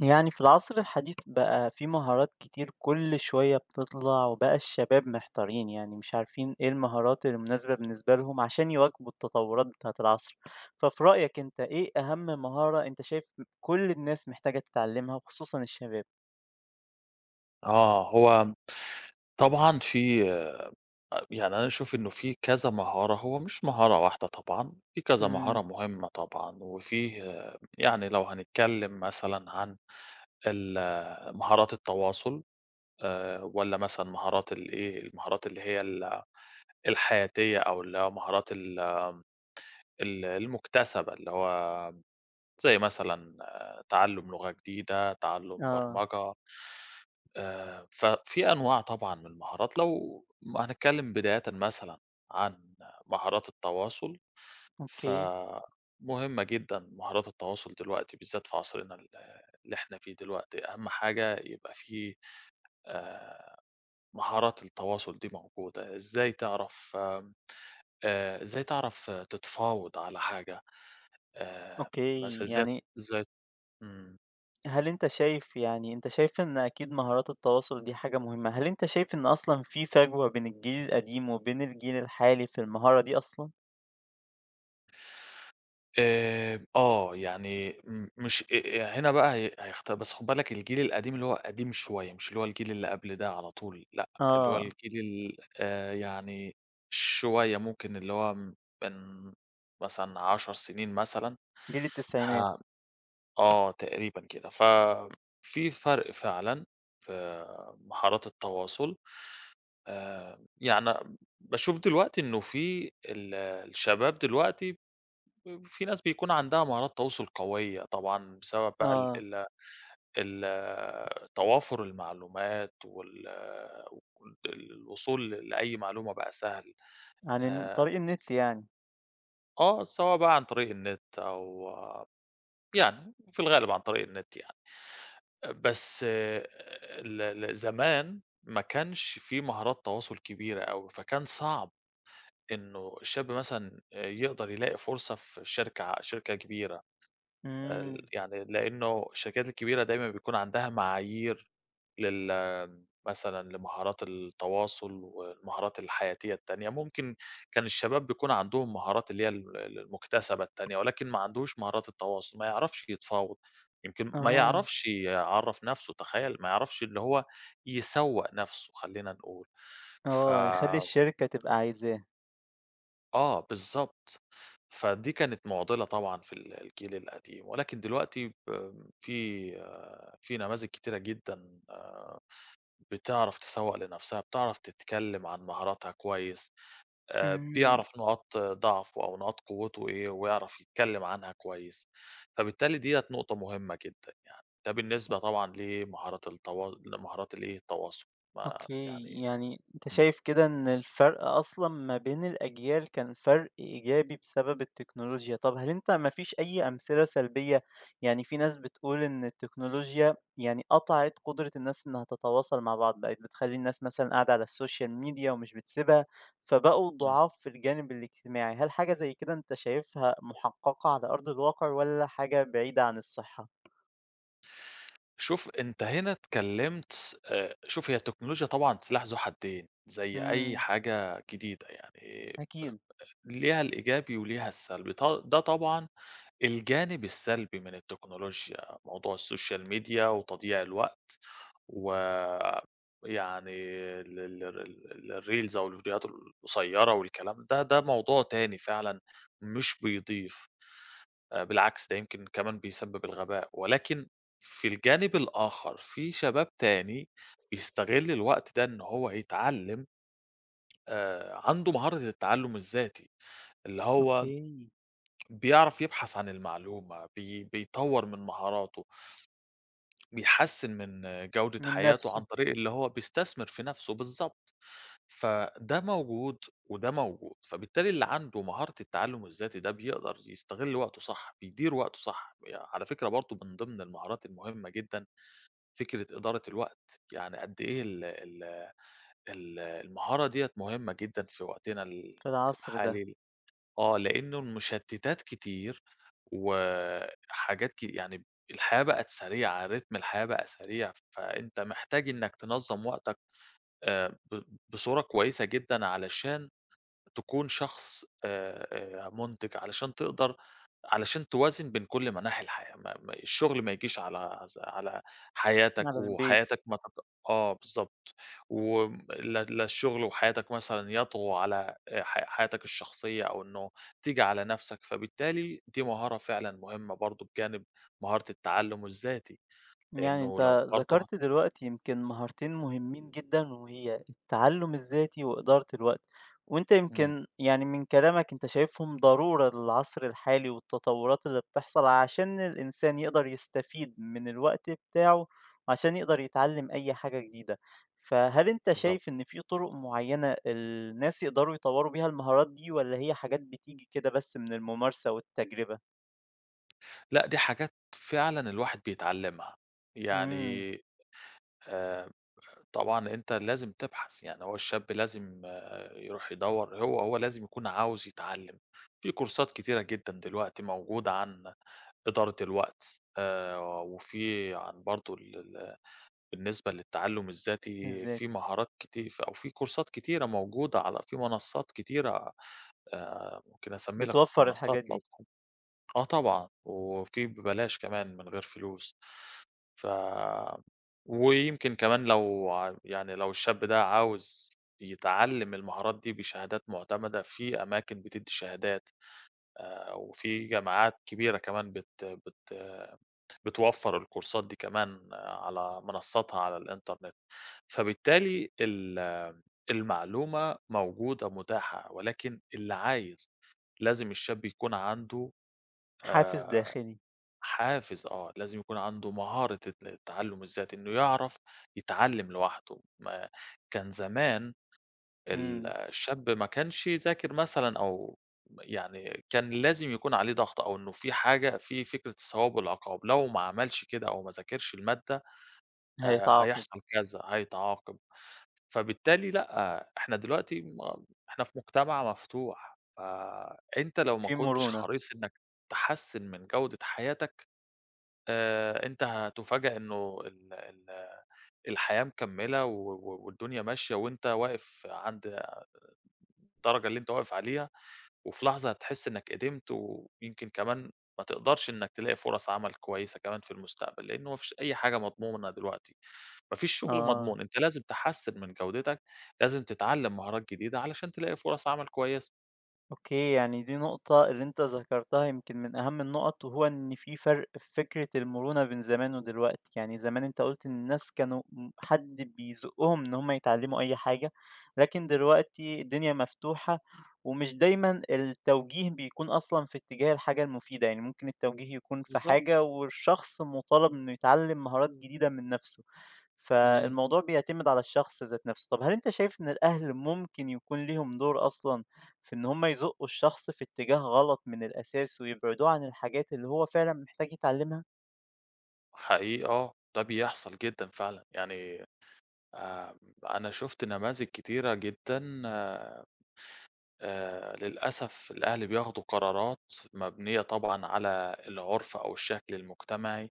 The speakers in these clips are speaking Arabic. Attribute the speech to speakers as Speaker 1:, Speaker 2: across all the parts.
Speaker 1: يعني في العصر الحديث بقى في مهارات كتير كل شوية بتطلع، وبقى الشباب محتارين، يعني مش عارفين ايه المهارات المناسبة بالنسبة لهم عشان يواكبوا التطورات بتاعة العصر. ففي رأيك انت ايه أهم مهارة انت شايف كل الناس محتاجة تتعلمها وخصوصا الشباب؟
Speaker 2: آه، هو طبعًا في يعني أنا أشوف إنه في كذا مهارة، هو مش مهارة واحدة طبعًا، في كذا
Speaker 1: امم.
Speaker 2: مهارة مهمة طبعًا، وفيه يعني لو هنتكلم مثلًا عن ال آه، مهارات التواصل. والّا مثلًا مهارات المهارات اللي هي الحياتية أو اللي هو مهارات ال ال المكتسبة، اللي هو زي مثلًا تعلُّم لغة جديدة، تعلُّم
Speaker 1: اه.
Speaker 2: برمجة. ففي أنواع طبعًا من المهارات لو هنتكلم بدايةً مثلًا عن مهارات التواصل،
Speaker 1: اوكي.
Speaker 2: فمهمة جدًا مهارات التواصل دلوقتي بالذات في عصرنا اللي إحنا فيه دلوقتي، أهم حاجة يبقى في آآ، مهارات التواصل دي موجودة، إزاي تعرف آمم، إزاي تعرف تتفاوض على حاجة، آآ،
Speaker 1: اوكي.
Speaker 2: مثلًا إزاي
Speaker 1: يعني
Speaker 2: إزاي إمم.
Speaker 1: هل انت شايف، يعني انت شايف ان اكيد مهارات التواصل دي حاجة مهمة، هل انت شايف ان اصلا في فجوة بين الجيل القديم وبين الجيل الحالي في المهارة دي اصلا؟
Speaker 2: يعني مش هنا بقى هي هيخت بس خُد بالك الجيل القديم اللي هو قديم شوية، مش اللي هو الجيل اللي قبل ده على طول، لأ، اللي هو
Speaker 1: اه.
Speaker 2: الجيل ال يعني شوية ممكن اللي هو من مثلًا 10 سنين مثلًا.
Speaker 1: جيل التسعينات.
Speaker 2: ها آه، تقريبًا كده، ففي فرق فعلًا في مهارات التواصل. يعني باشوف دلوقتي إنه في الشباب دلوقتي في ناس بيكون عندها مهارات تواصل قوية طبعًا بسبب بقى ال
Speaker 1: آه.
Speaker 2: ال ال توافر المعلومات الوصول لأي معلومة بقى سهل،
Speaker 1: عن
Speaker 2: آآ،
Speaker 1: طريق النت يعني.
Speaker 2: سواء بقى عن طريق النت أو يعني في الغالب عن طريق النت يعني، بس ال ال زمان ما كانش في مهارات تواصل كبيرة أوي، فكان صعب إنه الشاب مثلًا يقدر يلاقي فرصة في شركة كبيرة.
Speaker 1: إمم.
Speaker 2: يعني لإنه الشركات الكبيرة دايمًا بيكون عندها معايير لل مثلًا لمهارات التواصل والمهارات الحياتية التانية، ممكن كان الشباب بيكون عندهم مهارات اللي هي ال ال المكتسبة التانية، ولكن ما عندوش مهارات التواصل، ما يعرفش يتفاوض، يمكن ما
Speaker 1: آه.
Speaker 2: يعرفش يعرّف نَفْسه، تخيّل! ما يعرفش اللي هو يسوّق نَفْسه خلّينا نقول، ف
Speaker 1: آه. يخلّي الشركة تبقى عايزاه.
Speaker 2: آه، بالضبط. فدي كانت مُعضِلة طبعًا في الجيل القديم، ولكن دلوقتي في في نماذج كتيرة جدًا بتعرف تسوّق لنَفْسها، بتعرف تتكلّم عن مهاراتها كويس،
Speaker 1: إمم.
Speaker 2: بيعرف نقاط ضعفه أو نقاط قوته إيه ويعرف يتكلّم عنها كويس، فبالتالي ديّة نقطة مهمة جدًا يعني، ده بالنسبة طبعًا لمهارات التواصل ما
Speaker 1: أوكي،
Speaker 2: يعني.
Speaker 1: يعني أنت
Speaker 2: إمم،
Speaker 1: شايف كده إن الفرق أصلًا ما بين الأجيال كان فرق إيجابي بسبب التكنولوجيا، طب هل أنت ما فيش أي أمثلة سلبية؟ يعني في ناس بتقول إن التكنولوجيا يعني قطعت قدرة الناس إنها تتواصل مع بعض، بقت بتخلّي الناس مثلًا قاعدة على السوشيال ميديا ومش بتسيبها، فبقوا
Speaker 2: إمم.
Speaker 1: ضعاف في الجانب الاجتماعي، هل حاجة زي كده أنت شايفها محققة على أرض الواقع والّا حاجة بعيدة عن الصحة؟
Speaker 2: شوف أنت هنا اتكلمت شوف هي التكنولوجيا طبعًا سلاح ذو حدين، زي أي
Speaker 1: إمم.
Speaker 2: حاجة جديدة يعني
Speaker 1: أكيد.
Speaker 2: ليها الإيجابي وليها السلبي، ده طبعًا الجانب السلبي من التكنولوجيا، موضوع السوشيال ميديا وتضييع الوقت، ويعني ال ال ال الreels أو الفيديوهات القصيرة والكلام ده، ده موضوع تاني فعلًا مش بيضيف. بالعكس ده يمكن كمان بيسبب الغباء، ولكن في الجانب الآخر في شباب تاني بيستغل الوقت ده إن هو يتعلم عنده مهارة التعلُّم الذاتي، اللي هو
Speaker 1: أوكي.
Speaker 2: بيعرف يبحث عن المعلومة، بيطوّر من مهاراته، بيحسّن من جودة
Speaker 1: من
Speaker 2: حياته عن
Speaker 1: نفسه.
Speaker 2: طريق اللي هو بيستثمر في نَفْسه، بالضبط. فده موجود وده موجود، فبالتالي اللي عنده مهارة التعلُّم الذاتي ده بيقدر يستغل وقته صح، بيدير وقته صح، على فكرة برضه من ضمن المهارات المهمة جدًا فكرة إدارة الوقت، يعني قد إيه ال ال ال المهارة ديّة مهمة جدًا في وقتنا
Speaker 1: في العصر ده.
Speaker 2: الحالي لإنه المشتتات كتير وحاجات ك يعني الحياة بقت سريعة، رتم الحياة بقى سريع، فأنت محتاج إنك تنظّم وقتك ب بصورة كويسة جدًا علشان تكون شخص مُنتِج علشان تقدر علشان توازن بين كل مناحي الحياة، ما ما الشغل ما يجيش على على حياتك
Speaker 1: على البيت.
Speaker 2: وحياتك ما تت آه، بالضبط. وم لا لا الشغل وحياتك مثلًا يطغوا على ح حياتك الشخصية أو إنه تيجي على نَفْسك، فبالتالي دي مهارة فعلًا مهمة برضه بجانب مهارة التعلُّم الذاتي،
Speaker 1: يعني
Speaker 2: لإنه لو
Speaker 1: انت
Speaker 2: برضه هت
Speaker 1: ذكرت دلوقتي يمكن مهارتين مهمين جدا، وهي التعلم الذاتي وإدارة الوقت، وانت
Speaker 2: إمم.
Speaker 1: يمكن يعني من كلامك انت شايفهم ضرورة للعصر الحالي والتطورات اللي بتحصل عشان الإنسان يقدر يستفيد من الوقت بتاعه، عشان يقدر يتعلم أي حاجة جديدة. فهل انت
Speaker 2: بالضبط،
Speaker 1: شايف ان في طرق معينة الناس يقدروا يطوروا بيها المهارات دي، ولا هي حاجات بتيجي كده بس من الممارسة والتجربة؟
Speaker 2: لأ دي حاجات فعلًا الواحد بيتعلّمها،
Speaker 1: امم.
Speaker 2: يعني آآ طبعًا أنت لازم تبحث، يعني هو الشاب لازم يروح يدوّر هو لازم يكون عاوز يتعلّم، في كورسات كتيرة جدًا دلوقتي موجودة عن إدارة الوقت، وفي عن برضه ال ال بالنسبة للتعلُّم الذاتي
Speaker 1: ازاي
Speaker 2: في مهارات كتي ف أو في كورسات كتيرة موجودة على في منصّات كتيرة ممكن أسمّي لك
Speaker 1: بتوفر
Speaker 2: منصّات
Speaker 1: الحاجات
Speaker 2: لو
Speaker 1: دي.
Speaker 2: تحب. آه، طبعًا، وفي ببلاش كمان من غير فلوس. ف ويمكن كمان لو يعني لو الشاب ده عاوز يتعلّم المهارات دي بشهادات معتمدة، في أماكن بتدّي شهادات وفي جامعات كبيرة كمان بت بت بتوفّر الكورسات دي كمان على منصّاتها على الإنترنت. فبالتالي المعلومة موجودة متاحة، ولكن اللي عايز لازم الشاب يكون عنده
Speaker 1: حافز
Speaker 2: آآ
Speaker 1: داخلي.
Speaker 2: حافز لازم يكون عنده مهارة التعلُّم الذاتي، إنه يعرف يتعلِّم لوحده، ما كان زمان
Speaker 1: إمم.
Speaker 2: الشاب ما كانش يذاكر مثلًا أو يعني كان لازم يكون عليه ضغط أو إنه في حاجة في فكرة الثواب والعقاب، لو ما عملش كده أو ما ذاكرش المادة
Speaker 1: هيتعاقب.
Speaker 2: هيحصل كذا، هيتعاقب، فبالتالي لأ، إحنا دلوقتي إحنا في مجتمع مفتوح، فأنت لو ما
Speaker 1: في
Speaker 2: كنتش
Speaker 1: مرونة.
Speaker 2: حريص إنك تحسِّن من جودة حياتك أنت هتُفاجأ إنه ال ال الحياة مكمّلة و والدنيا ماشية وأنت واقف عند الدرجة اللي أنت واقف عليها، وفي لحظة هتحس إنك قدمت، ويمكن كمان ما تقدرش إنك تلاقي فرص عمل كويسة كمان في المستقبل، لأنه ما فيش أي حاجة مضمونة دلوقتي، ما فيش شغل
Speaker 1: آه.
Speaker 2: مضمون، أنت لازم تحسّن من جودتك، لازم تتعلّم مهارات جديدة علشان تلاقي فرص عمل كويسة.
Speaker 1: أوكي، يعني دي نقطة اللي أنت ذكرتها يمكن من أهم النقط، وهو إن في فرق في فكرة المرونة بين زمان ودلوقتي، يعني زمان أنت قُلت إن الناس كانوا حد بيزقّهم إن هُم يتعلموا أي حاجة، لكن دلوقتي الدنيا مفتوحة، ومش دايمًا التوجيه بيكون أصلًا في اتجاه الحاجة المفيدة، يعني ممكن التوجيه يكون في
Speaker 2: بالضبط.
Speaker 1: حاجة والشخص مطالب إنه يتعلم مهارات جديدة من نفسه.
Speaker 2: إمم.
Speaker 1: فالموضوع بيعتمد على الشخص ذات نفسه. طب هل أنت شايف إن الأهل ممكن يكون ليهم دور أصلًا في إن هم يزقّوا الشخص في اتجاه غلط من الأساس ويبعدوه عن الحاجات اللي هو فعلًا محتاج يتعلمها؟
Speaker 2: حقيقي ده بيحصل جدًا فعلًا، يعني أنا شُفت نماذج كتيرة جدًا للأسف الأهل بياخدوا قرارات مبنية طبعًا على العُرف أو الشكل المجتمعي،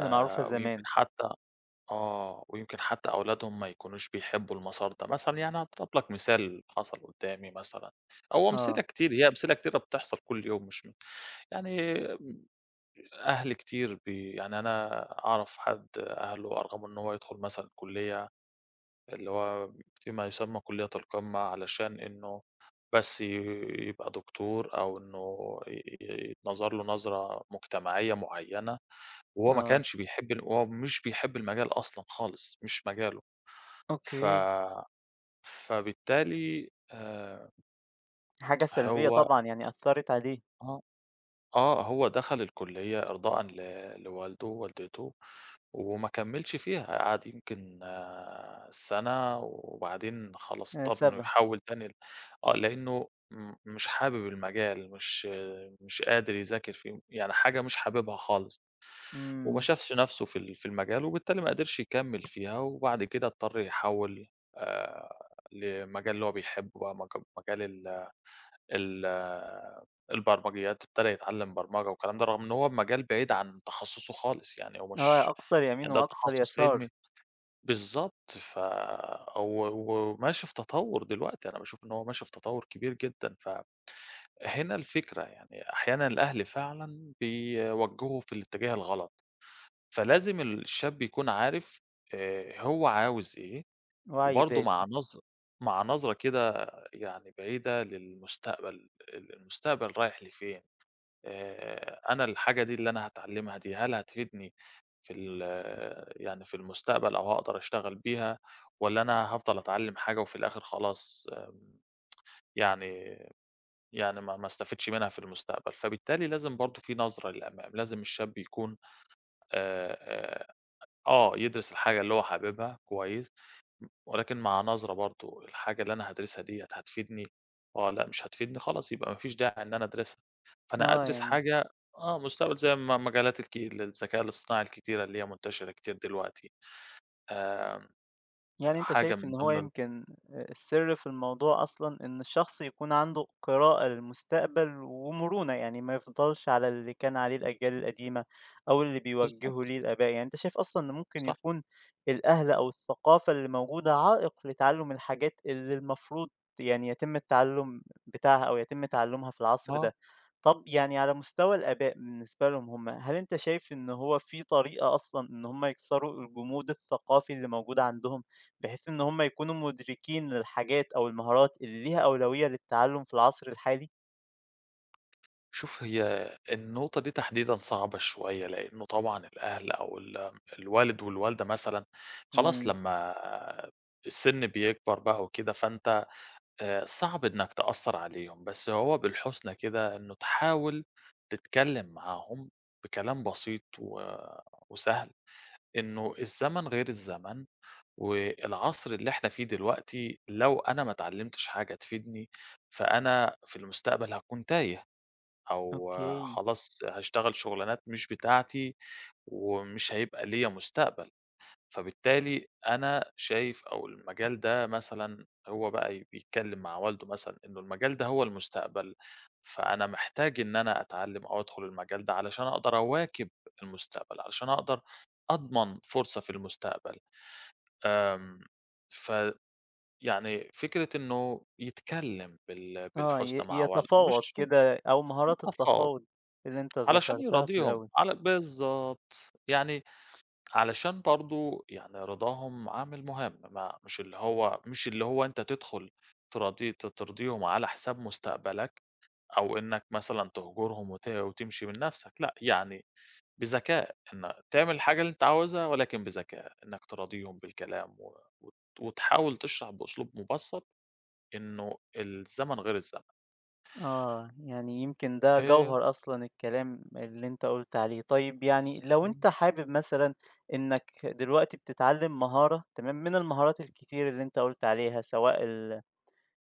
Speaker 1: المعروفة
Speaker 2: ويمكن
Speaker 1: زمان.
Speaker 2: حتى ويمكن حتى أولادهم ما يكونوش بيحبّوا المسار ده، مثلًا يعني هاضرب لك مثال حصل قدّامي مثلًا، أو أمثلة
Speaker 1: آه.
Speaker 2: كتير هي أمثلة كتيرة بتحصل كل يوم مش يعني أهل كتير بي يعني أنا أعرف حد أهله أرغموا إن هو يدخل مثلًا كُلّية اللي هو فيما يسمى كلية القمة، علشان إنه بس ي يبقى دكتور أو إنه ي ي يتنظر له نظرة مجتمعية معيّنة، وهو ما
Speaker 1: آه.
Speaker 2: كانش بيحب وهو مش بيحب المجال أصلًا خالص، مش مجاله. ف
Speaker 1: أوكي.
Speaker 2: فبالتالي
Speaker 1: حاجة سلبية
Speaker 2: هو
Speaker 1: طبعًا، يعني أثّرت عليه.
Speaker 2: آه، هو دخل الكلية إرضاءً لوالده ووالدته. وما كمّلش فيها، قعد يمكن سَنة وبعدين خلاص اضطر إنه
Speaker 1: سابها.
Speaker 2: يحوّل تاني ل آه، لإنه مش حابب المجال، مش مش قادر يذاكر فيه، يعني حاجة مش حاببها خالص، وما
Speaker 1: إمم.
Speaker 2: شافش نَفْسه في في المجال وبالتالي ما قدرش يكمّل فيها، وبعد كده اضطر يحوّل لمجال اللي هو بيحبه بقى مجال ال ال آه، البرمجيات، ابتدى يتعلّم برمجة والكلام ده، رغم إن هو مجال بعيد عن تخصُّصه خالص، يعني هو
Speaker 1: آه،
Speaker 2: مش
Speaker 1: أقصى اليمين
Speaker 2: يعني ده
Speaker 1: وأقصى
Speaker 2: تخصُّص
Speaker 1: اليسار.
Speaker 2: علمي بالضبط، ف و وماشي في تطوُّر دلوقتي، أنا باشوف إن هو ماشي في تطوُّر كبير جدًا، فهنا الفكرة، يعني أحيانًا الأهل فعلًا بيوجّهوا في الاتجاه الغلط، فلازم الشاب يكون عارف هو عاوز إيه،
Speaker 1: وعي
Speaker 2: وبرضه
Speaker 1: ذاتي.
Speaker 2: مع نظرة كده يعني بعيدة للمستقبل، المستقبل رايح لفين؟ أنا الحاجة دي اللي أنا هاتعلمها دي، هل هتفيدني في ال آه، يعني في المستقبل أو هاقدر أشتغل بيها، والّا أنا هافضل أتعلم حاجة وفي الآخر خلاص يعني ما استفدش منها في المستقبل، فبالتالي لازم برضه في نظرة للأمام، لازم الشاب يكون آآ آه يدرس الحاجة اللي هو حاببها كويس. ولكن مع نظرة برضه، الحاجة اللي أنا هادرسها ديّة هتفيدني؟ لأ مش هتفيدني خلاص يبقى ما فيش داعي إن أنا أدرسها، فأنا
Speaker 1: آه
Speaker 2: أدرس
Speaker 1: يعني،
Speaker 2: حاجة مستقبل زي مجالات الذكاء الاصطناعي الكتيرة اللي هي منتشرة كتير دلوقتي، آآ،
Speaker 1: يعني أنت
Speaker 2: حاجة
Speaker 1: شايف
Speaker 2: من
Speaker 1: إن هو
Speaker 2: ضمن ال
Speaker 1: يمكن السر في الموضوع أصلًا إن الشخص يكون عنده قراءة للمستقبل ومرونة، يعني ما يفضلش على اللي كان عليه الأجيال القديمة أو اللي بيوجّهه
Speaker 2: بالضبط،
Speaker 1: ليه الآباء، يعني أنت شايف أصلًا إن ممكن
Speaker 2: صح،
Speaker 1: يكون الأهل أو الثقافة اللي موجودة عائق لتعلُّم الحاجات اللي المفروض يعني يتم التعلُّم بتاعها أو يتم تعلُّمها في العصر
Speaker 2: آه،
Speaker 1: ده. طَب يعني على مستوى الآباء بالنسبة لهم هم، هل أنت شايف إن هو في طريقة أصلًا إن هم يكسروا الجمود الثقافي اللي موجود عندهم؟ بحيث إن هم يكونوا مدركين للحاجات أو المهارات اللي ليها أولوية للتعلم في العصر الحالي؟
Speaker 2: شوف هي النقطة دي تحديدًا صعبة شوية، لإنه طبعًا الأهل أو الوالد والوالدة مثلًا خلاص
Speaker 1: إمم.
Speaker 2: لمّا السن بيكبر بقى وكده، فأنت صعب إنّك تأثّر عليهم، بس هو بالحُسنى كده إنه تحاول تتكلّم معاهم بكلام بسيط وسهل، إنه الزمن غير الزمن، والعصر اللي إحنا فيه دلوقتي لو أنا ما اتعلّمتش حاجة تفيدني، فأنا في المستقبل هاكون تايه، أو
Speaker 1: أوكي.
Speaker 2: خلاص هاشتغل شُغلانات مش بتاعتي، ومش هيبقى ليّا مستقبل. فبالتالي أنا شايف أو المجال ده مثلًا هو بقى بيتكلّم مع والده مثلًا إنه المجال ده هو المستقبل، فأنا محتاج إن أنا أتعلّم أو أدخل المجال ده علشان أقدر أواكب المستقبل، علشان أقدر أضمن فرصة في المستقبل. آمم، فيعني فكرة إنه يتكلّم
Speaker 1: آه،
Speaker 2: بالحُسنى مع والده،
Speaker 1: يتفاوض
Speaker 2: مش
Speaker 1: كده أو مهارات
Speaker 2: تفاوض
Speaker 1: التفاوض اللي أنت
Speaker 2: علشان
Speaker 1: ذكرتها في
Speaker 2: يراضيهم،
Speaker 1: الأول.
Speaker 2: بالضبط. يعني علشان برضه يعني رضاهم عامل مهم، ما مش اللي هو مش اللي هو أنت تدخل تراضي ت ترضيهم على حساب مستقبلك، أو إنك مثلًا تهجرهم وتمشي من نَفْسك، لأ، يعني بذكاء إن تعمل الحاجة اللي أنت عاوزها ولكن بذكاء، إنك تراضيهم بالكلام و وت وتحاول تشرح بأسلوب مُبسّط إنه الزمن غير الزمن.
Speaker 1: آه، يعني يمكن ده
Speaker 2: آآ
Speaker 1: جوهر أصلًا الكلام اللي أنت قُلت عليه. طيب يعني لو أنت حابب مثلًا إنك دلوقتي بتتعلم مهارة تمام، من المهارات الكتير اللي أنت قُلت عليها سواء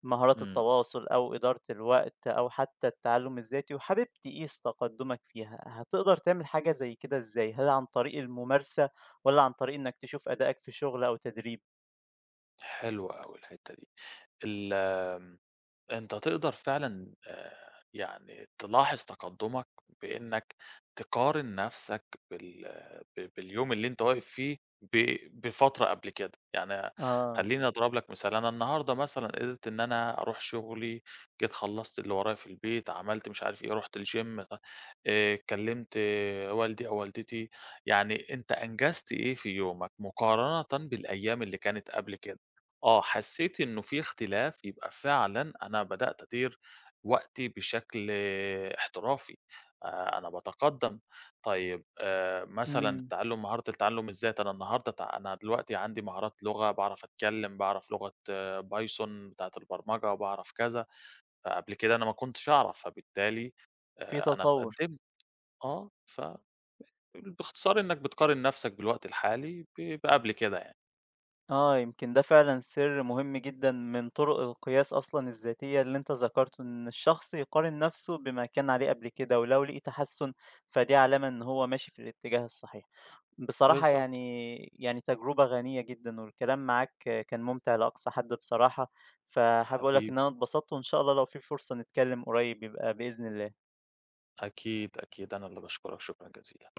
Speaker 1: مهارات
Speaker 2: إمم،
Speaker 1: التواصل أو إدارة الوقت أو حتى التعلم الذاتي، وحابب تقيس تقدمك فيها، هتقدر تعمل حاجة زي كده إزاي؟ هل عن طريق الممارسة ولا عن طريق إنك تشوف أدائك في شغل أو تدريب؟
Speaker 2: حلو أوي الحتّة دي. ال أنت تقدر فعلًا يعني تلاحظ تقدُّمك بإنّك تقارن نَفْسك بال باليوم اللي أنت واقف فيه بفترة قبل كده، يعني
Speaker 1: آه.
Speaker 2: خلّيني أضرب لك مثال، أنا النهارده مثلًا قدرت إن أنا أروح شغلي، جيت خلّصت اللي ورايا في البيت، عملت مش عارف إيه، رُحت الgym ط كلّمت والدي أو والدتي، يعني أنت أنجزت إيه في يومك مقارنةً بالأيام اللي كانت قبل كده. حسيت إنه في اختلاف يبقى فعلًا أنا بدأت أدير وقتي بشكل احترافي، أنا باتقدّم. طيب مثلًا
Speaker 1: امم.
Speaker 2: مهارة التعلُّم الذات، أنا النهارده أنا دلوقتي عندي مهارات لغة، باعرف أتكلّم، باعرف لغة بايثون بتاعة البرمجة، باعرف كذا، فقبل كده أنا ما كنتش أعرف، فبالتالي
Speaker 1: في
Speaker 2: أنا
Speaker 1: تطور.
Speaker 2: اتقدّمت آه، ف باختصار إنّك بتقارن نَفْسك بالوقت الحالي بقبل كده يعني.
Speaker 1: آه يمكن ده فعلا سر مهم جدا من طرق القياس أصلا الذاتية اللي أنت ذكرته، إن الشخص يقارن نفسه بما كان عليه قبل كده، ولو لقي تحسن فدي علامة إن هو ماشي في الاتجاه الصحيح. بصراحة
Speaker 2: بالضبط.
Speaker 1: يعني، يعني تجربة غنية جدًا، والكلام معاك كان ممتع لأقصى حد بصراحة، فحابب أقول لك إن
Speaker 2: حبيبي.
Speaker 1: أنا اتبسطت، وإن شاء الله لو في فرصة نتكلم قريب يبقى بإذن الله.
Speaker 2: أكيد، أكيد، أنا اللي باشكرك شكرًا جزيلًا.